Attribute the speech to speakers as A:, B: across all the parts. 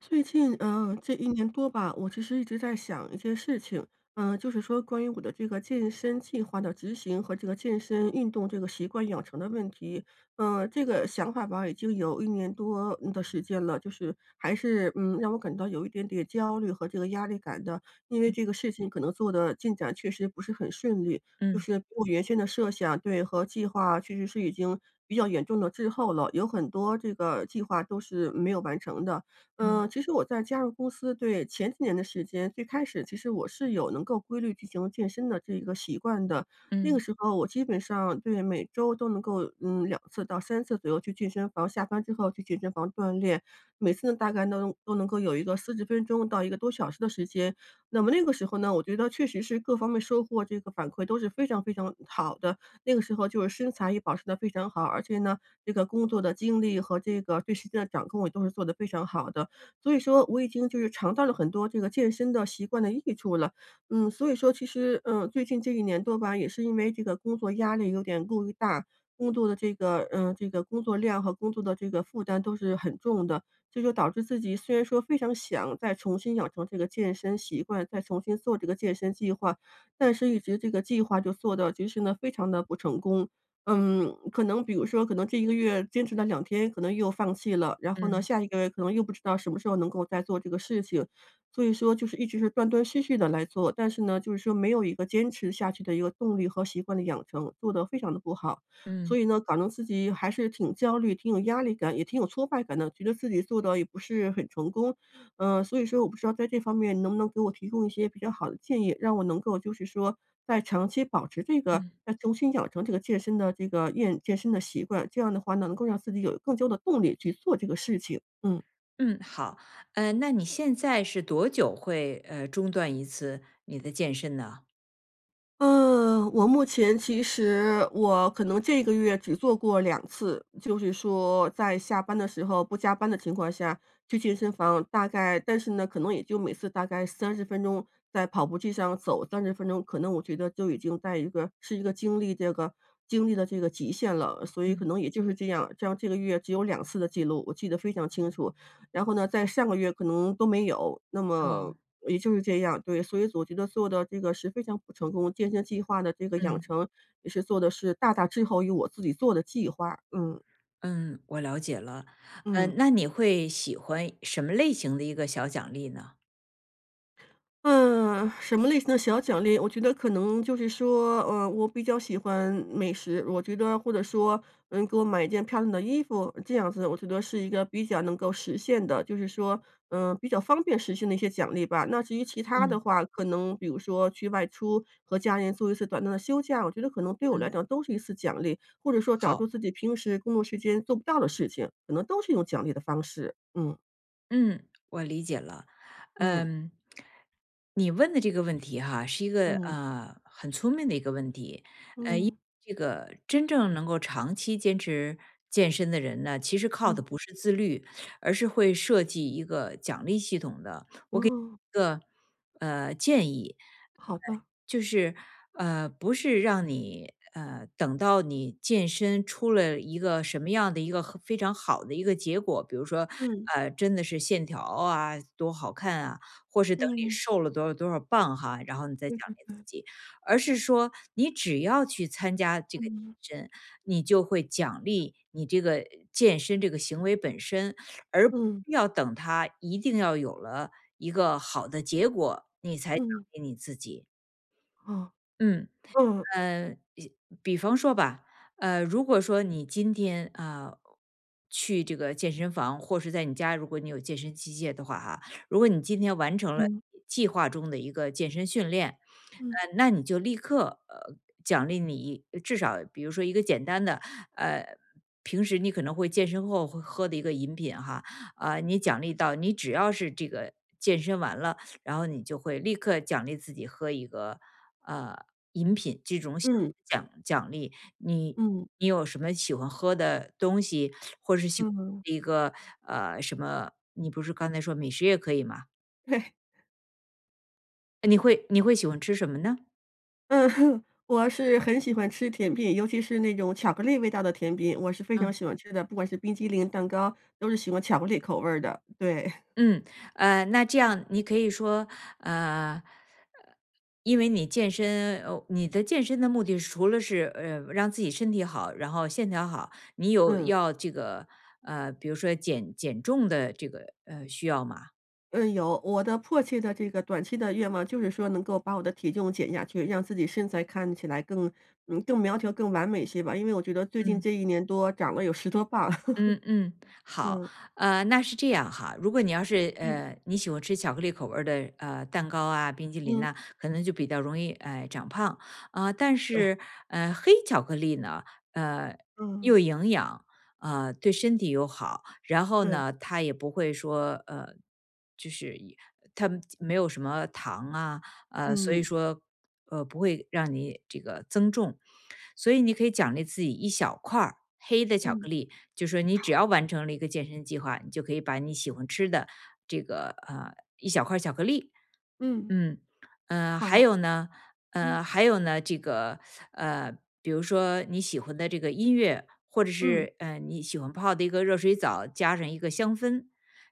A: 最近，这一年多吧，我其实一直在想一件事情，就是说关于我的这个健身计划的执行和这个健身运动这个习惯养成的问题。这个想法吧，已经有一年多的时间了，就是还是，让我感到有一点点焦虑和这个压力感的。因为这个事情可能做的进展确实不是很顺利，就
B: 嗯
A: 是比我原先的设想对，和计划确实是已经比较严重的滞后了，有很多这个计划都是没有完成的。
B: 嗯
A: 其实我在加入公司对前几年的时间，最开始其实我是有能够规律进行健身的这个习惯的。那个
B: 嗯
A: 时候我基本上对每周都能够两次到三次左右去健身房，下班之后去健身房锻炼，每次呢大概都能够有一个40分钟到一个多小时的时间。那么那个时候呢，我觉得确实是各方面收获这个反馈都是非常非常好的。那个时候就是身材也保持的非常好，而且呢，这个工作的精力和这个对时间的掌控也都是做得非常好的。所以说我已经就是尝到了很多这个健身的习惯的益处了。所以说其实，最近这一年多吧，也是因为这个工作压力有点过于大，工作的这个工作量和工作的这个负担都是很重的。这就导致自己虽然说非常想再重新养成这个健身习惯，再重新做这个健身计划，但是一直这个计划就做的其实呢，非常的不成功。可能比如说可能这一个月坚持了2天，可能又放弃了，然后呢，
B: 嗯
A: 下一个月可能又不知道什么时候能够再做这个事情。所以说就是一直是断断续续的来做，但是呢，就是说没有一个坚持下去的一个动力和习惯的养成，做得非常的不好。
B: 嗯
A: 所以呢，搞得自己还是挺焦虑、挺有压力感，也挺有挫败感的，觉得自己做的也不是很成功，所以说我不知道在这方面能不能给我提供一些比较好的建议，让我能够就是说在长期保持这个
B: 嗯
A: 再重新养成这个健身的这个健身的习惯，这样的话呢，能够让自己有更多的动力去做这个事情。嗯。
B: 嗯，好。那你现在是多久会中断一次你的健身呢？
A: 嗯，我目前其实我可能这个月只做过两次，就是说在下班的时候不加班的情况下去健身房，大概但是呢，可能也就每次大概三十分钟在跑步机上走三十分钟，可能我觉得就已经在一个经历的这个极限了，所以可
B: 嗯，
A: 能也就是这样，这样这个月只有两次的记录，我记得非常清楚。然后呢，在上个月可能都没有，那
B: 哦，
A: 么也就是这样，对，所以我觉得做的这个是非常不成功，健身计划的这个养
B: 嗯
A: 成也是做的是大大滞后于我自己做的计划，嗯，
B: 嗯，我了解了。
A: 嗯。
B: 那你会喜欢什么类型的一个小奖励呢？
A: 嗯，什么类型的小奖励？我觉得可能就是说，我比较喜欢美食，我觉得或者说，给我买一件漂亮的衣服，这样子，我觉得是一个比较能够实现的，就是说，比较方便实现的一些奖励吧。那至于其他的
B: 嗯
A: 话，可能比如说去外出和家人做一次短暂的休假，我觉得可能对我来
B: 嗯，
A: 讲都是一次奖励，或者说找出
B: 好。
A: 自己平时工作时间做不到的事情，可能都是一种奖励的方式。嗯
B: 嗯，我理解了。
A: 嗯
B: 嗯，你问的这个问题哈，是一个
A: 嗯
B: 很聪明的一个问题。因为
A: 嗯
B: 这个真正能够长期坚持健身的人呢，其实靠的
A: 嗯，
B: 不是自律，而是会设计一个奖励系统的。
A: 哦，
B: 建议，
A: 好的。
B: 就是，不是让你，等到你健身出了一个什么样的一个很非常好的一个结果，比如说，
A: 嗯，
B: 真的是线条啊，多好看啊，或是等你
A: 嗯，
B: 瘦了多少多少磅哈，然后你再
A: 对
B: 奖
A: 对
B: 励
A: 对，
B: 自己，而是说你只要去参加这个
A: 嗯，
B: 健身，你就会奖励你这个健身这个行为本身，而不
A: 嗯，
B: 是要等他一定要有了一个好的结果，你才奖
A: 嗯，
B: 励你自己。
A: 哦，
B: 嗯。
A: 嗯，
B: 呃，一比方说吧，如果说你今天啊、去这个健身房，或是在你家，如果你有健身器械的话哈，如果你今天完成了
A: 嗯，
B: 计划中的一个健身训练，
A: 嗯，
B: 那你就立刻奖励你至少比如说一个简单的呃。平时你可能会健身后会喝的一个饮品哈，啊、你奖励到你只要是这个健身完了，然后你就会立刻奖励自己喝一个呃饮品这种小
A: 嗯，
B: 的奖励。你
A: 嗯，
B: 你有什么喜欢喝的东西，或是喜
A: 嗯，
B: 欢一个什么？你不是刚才说美食也可以吗？
A: 对，
B: 你会喜欢吃什么呢？
A: 嗯，我是很喜欢吃甜品，尤其是那种巧克力味道的甜品，我是非常
B: 嗯。
A: 喜欢吃的，不管是冰激凌、蛋糕，都是喜欢巧克力口味儿的，对，
B: 嗯，那这样你可以说，呃，因为你健身，你的健身的目的是除了是让自己身体好，然后线条好，你有
A: 嗯，
B: 要这个比如说减重的这个需要吗？
A: 嗯，有，我的迫切的这个短期的愿望就是说能够把我的体重减下去，让自己身材看起来更苗条、更完美一些吧，因为我觉得最近
B: 嗯。
A: 这一年多长了有10多磅，
B: 嗯嗯，好，
A: 嗯，
B: 那是这样哈。如果你要是
A: 嗯。
B: 你喜欢吃巧克力口味儿的蛋糕啊、冰激凌
A: 嗯，
B: 呐、可能就比较容易长胖啊、但
A: 对，
B: 是黑巧克力呢，呃
A: 嗯，
B: 又营养，对身体又好，然后
A: 对，
B: 呢它也不会说就是一它没有什么糖啊，所以
A: 嗯，
B: 说不会让你这个增重。所以你可以奖励自己一小块儿黑的巧克
A: 嗯，
B: 力，就说你只
A: 好，
B: 要完成了一个健身计划，你就可以把你喜欢吃的这个一小块儿巧克力
A: 嗯，
B: 嗯，呃，还
A: 好，
B: 有呢，
A: 嗯，
B: 还有呢，这个，呃，比如说你喜欢的这个音乐，或者
A: 嗯，
B: 是你喜欢泡的一个热水澡，加上一个香氛，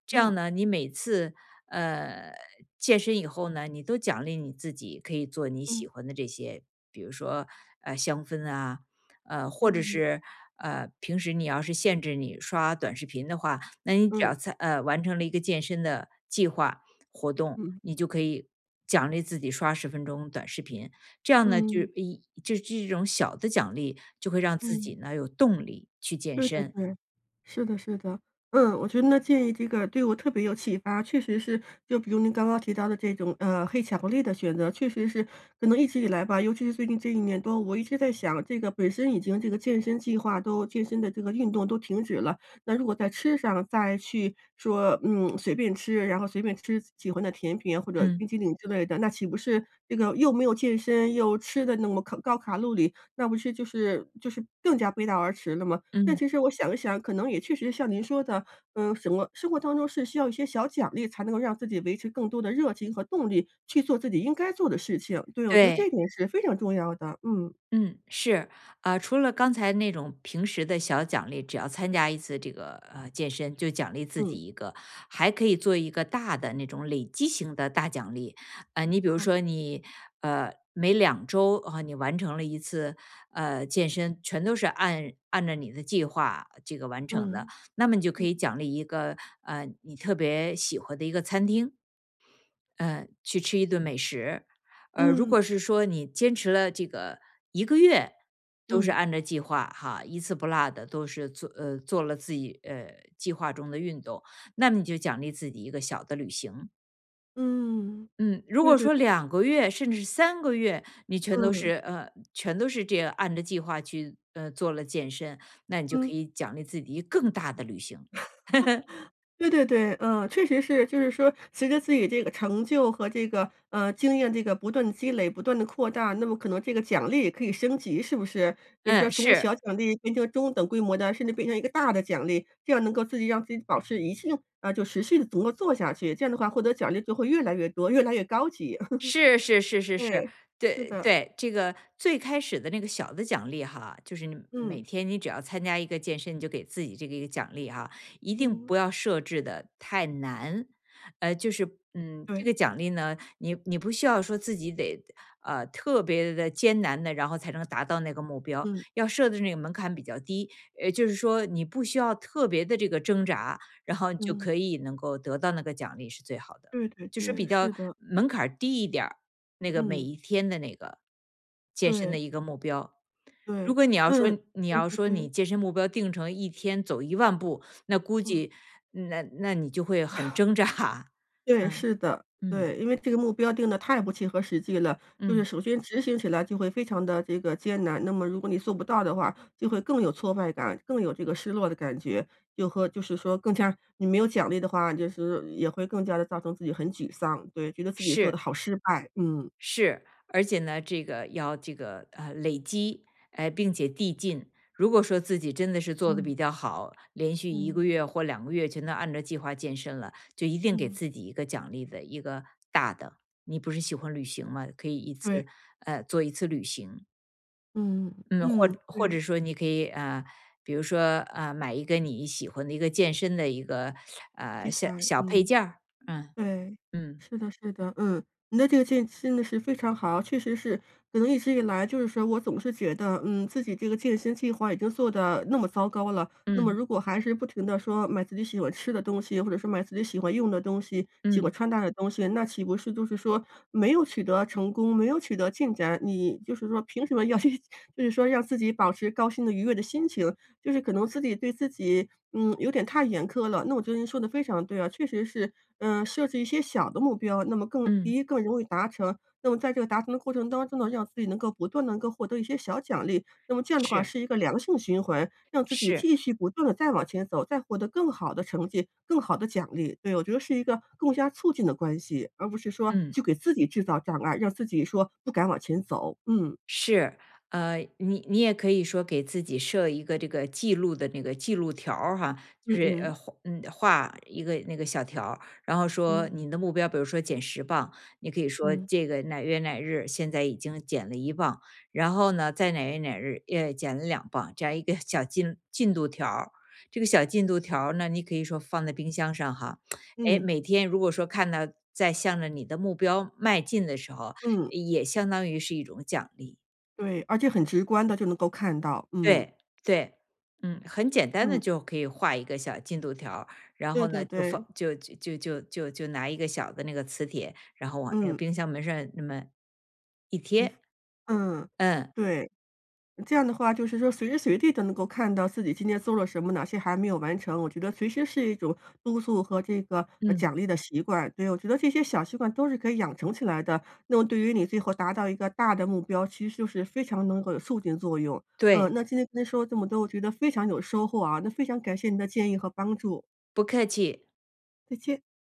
B: 这
A: 嗯，
B: 样呢，你每次呃健身以后呢，你都奖励你自己，可以做你喜
A: 嗯，
B: 欢的这些，比如说香氛啊，或者
A: 嗯，
B: 是平时你要是限制你刷短视频的话，那你只
A: 嗯，
B: 要在完成了一个健身的计划，活动，
A: 嗯，
B: 你就可以奖励自己刷10分钟短视频。这样呢，
A: 嗯，
B: 就是这种小的奖励，就会让自己
A: 嗯，
B: 呢有动力去健
A: 对对
B: 身。
A: 对。是的，是的，嗯，我觉得那建议这个对我特别有启发，确实是，就比如您刚刚提到的这种，黑巧克力的选择，确实是可能一直以来吧，尤其是最近这一年多，我一直在想，这个本身已经这个健身计划都健身的这个运动都停止了，那如果在吃上再去说，随便吃，然后随便吃喜欢的甜品啊或者冰
B: 嗯，
A: 淇淋之类的，那岂不是这个又没有健身又吃的那么高卡路里，那不是就是更加背道而驰了吗？但
B: 嗯，
A: 其实我想一想，可能也确实像您说的，什么生活当中是需要一些小奖励，才能够让自己维持更多的热情和动力，去做自己应该做的事情。对，我觉得
B: 对。
A: 这点是非常重要的。嗯，
B: 嗯，是啊，除了刚才那种平时的小奖励，只要参加一次这个健身就奖励自己
A: 嗯，
B: 一个，还可以做一个大的那种累积型的大奖励。你比如
A: 好，
B: 说你每2周啊，你完成了一次健身，全都是按照你的计划这个完成的，
A: 嗯，
B: 那么你就可
A: 嗯，
B: 以奖励一个你特别喜欢的一个餐厅。嗯，去吃一顿美食。如
A: 嗯，
B: 果是说你坚持了这个一个月，都是
A: 嗯，
B: 按照计划哈，一次不落的都是做了自己，计划中的运动，那么你就奖励自己一个小的旅行。
A: 嗯，嗯
B: 嗯，如
A: 对
B: 果
A: 对，
B: 说两个月甚至3个月，你全都是
A: 嗯，
B: 呃，全都是这样按着计划去，做了健身，那你就可
A: 嗯。
B: 以奖励自己一个更大的旅行。
A: 对对对，嗯，确实是，就是说，随着自己这个成就和这个经验这个不断的积累、不断的扩大，那么可能这个奖励也可以升级，是不是？比如说，
B: 嗯，
A: 从
B: 是。
A: 小奖励变成中等规模的，甚至变成一个大的奖励，这样能够自己让自己保持一性啊、就持续的能够做下去。这样的话，获得奖励就会越来越多，越来越高级。
B: 是是是是是，
A: 对，是
B: 对
A: 的，
B: 对，这个最开始的那个小的奖励哈，就是你每
A: 嗯
B: 天你只要参加一个健身，你就给自己这个一个奖励哈，一定
A: 嗯，
B: 不要设置的太难。就是这个
A: 对，
B: 奖励呢，你不需要说自己得特别的艰难的，然后才能达到那个目标，
A: 嗯
B: 要设的那个门槛比较低。就是说你不需要特别的这个挣扎，然后你就
A: 嗯，
B: 可以能够得到那个奖励是最好的。
A: 对对
B: 就是
A: 对，
B: 比较
A: 是的，
B: 门槛儿低一点儿那个每
A: 嗯，
B: 一天的那个健身的
A: 对
B: 一个目标。如
A: 对，
B: 果你要说
A: 嗯，
B: 你
A: 对
B: 要
A: 对
B: 说你
A: 对，
B: 健身目标定成一天走1万步，那估
A: 嗯。
B: 计那你就会很挣扎。
A: 对，
B: 嗯，
A: 是的，
B: 嗯，
A: 对，因为这个目标定的太不切合实际了，就是
B: 嗯，
A: 首先执行起来就会非常的这个艰难，那么如果你做不到的话，就会更有挫败感，更有这个失落的感觉，就是说更加你没有奖励的话，就是也会更加的造成自己很沮丧，对，觉得自己做的
B: 是。
A: 好失败，嗯。
B: 是，而且呢，这个要累积，哎、并且递进。如果说自己真的是做的
A: 嗯
B: 比较好，连续一个
A: 嗯
B: 月或两个月全都按照计划健身了，就一定给
A: 嗯。
B: 自己一个奖励的一个大的。你不是喜欢旅行吗？可以一
A: 对，
B: 次做一次旅行，
A: 嗯，
B: 嗯，
A: 嗯，
B: 或
A: 对，
B: 者说你可以比如说买一个你喜欢的一个健身的一个
A: 题
B: 小
A: 材，
B: 小配
A: 嗯。
B: 件儿，嗯
A: 对，
B: 嗯
A: 是的是的，嗯，你的这个建议真的是非常好。确实是，可能一直以来就是说我总是觉得，自己这个健身计划已经做的那么糟糕了，那么
B: 嗯
A: 如果还是不停的说买自己喜欢吃的东西，或者是买自己喜欢用的东西、喜欢
B: 嗯
A: 穿戴的东西，那岂不是就是说没有取得成功，没有取得进展，你就是说凭什么要去 就是说让自己保持高兴的愉悦的心情，就是可能自己对自己，有点太严苛了。那我觉得您说的非常对啊，确实是，设置一些小的目标，那么更第
B: 嗯，
A: 一更容易达成，那么在这个达成的过程当中呢，让自己能够不断地能够获得一些小奖励，那么这样的话
B: 是
A: 是一个良性循环，让自己
B: 是，
A: 继续不断的再往前走，再获得更好的成绩、更好的奖励。对，我觉得是一个更加促进的关系，而不是说
B: 嗯。
A: 去给自己制造障碍，让自己说不敢往前走。嗯，
B: 是，你也可以说给自己设一个这个记录的那个记录条儿哈，
A: 嗯
B: 就是
A: 嗯，
B: 画一个那个小条儿，然后说
A: 嗯，
B: 你的目标，比如说减10磅，你可以说
A: 嗯，
B: 这个哪月哪日现在已经减了1磅，然后呢在哪月哪日也减了2磅，这样一个 小进度条儿。这个小进度条儿呢，你可以说放在冰箱上哈，哎，
A: 嗯，
B: 每天如果说看到在向着你的目标迈进的时候，
A: 嗯。
B: 也相当于是一种奖励。
A: 对，而且很直观的就能够看到，嗯，
B: 对，对，嗯，很简单的
A: 嗯，
B: 就可以画一个小进度条儿然
A: 对
B: 后
A: 对
B: 呢，就放
A: 对，
B: 就就就就就就拿一个小的那个磁铁，然后往那个
A: 嗯，
B: 冰箱门上那么一
A: 一幅
B: 贴，
A: 嗯，
B: 嗯，
A: 对。这样的话就是说随时随地都能够看到自己今天做了什么，哪些还没有完成，我觉得随时是一种督促和这个，
B: 嗯。
A: 奖励的习惯。对，我觉得这些小习惯都是可以养成起来的，那么对于你最后达到一个大的目标，其实就是非常能够有促进作用。
B: 对，
A: 那今天跟您说了这么多，我觉得非常有收获啊，那非常感谢您的建议和帮助，
B: 不客气。
A: 再见。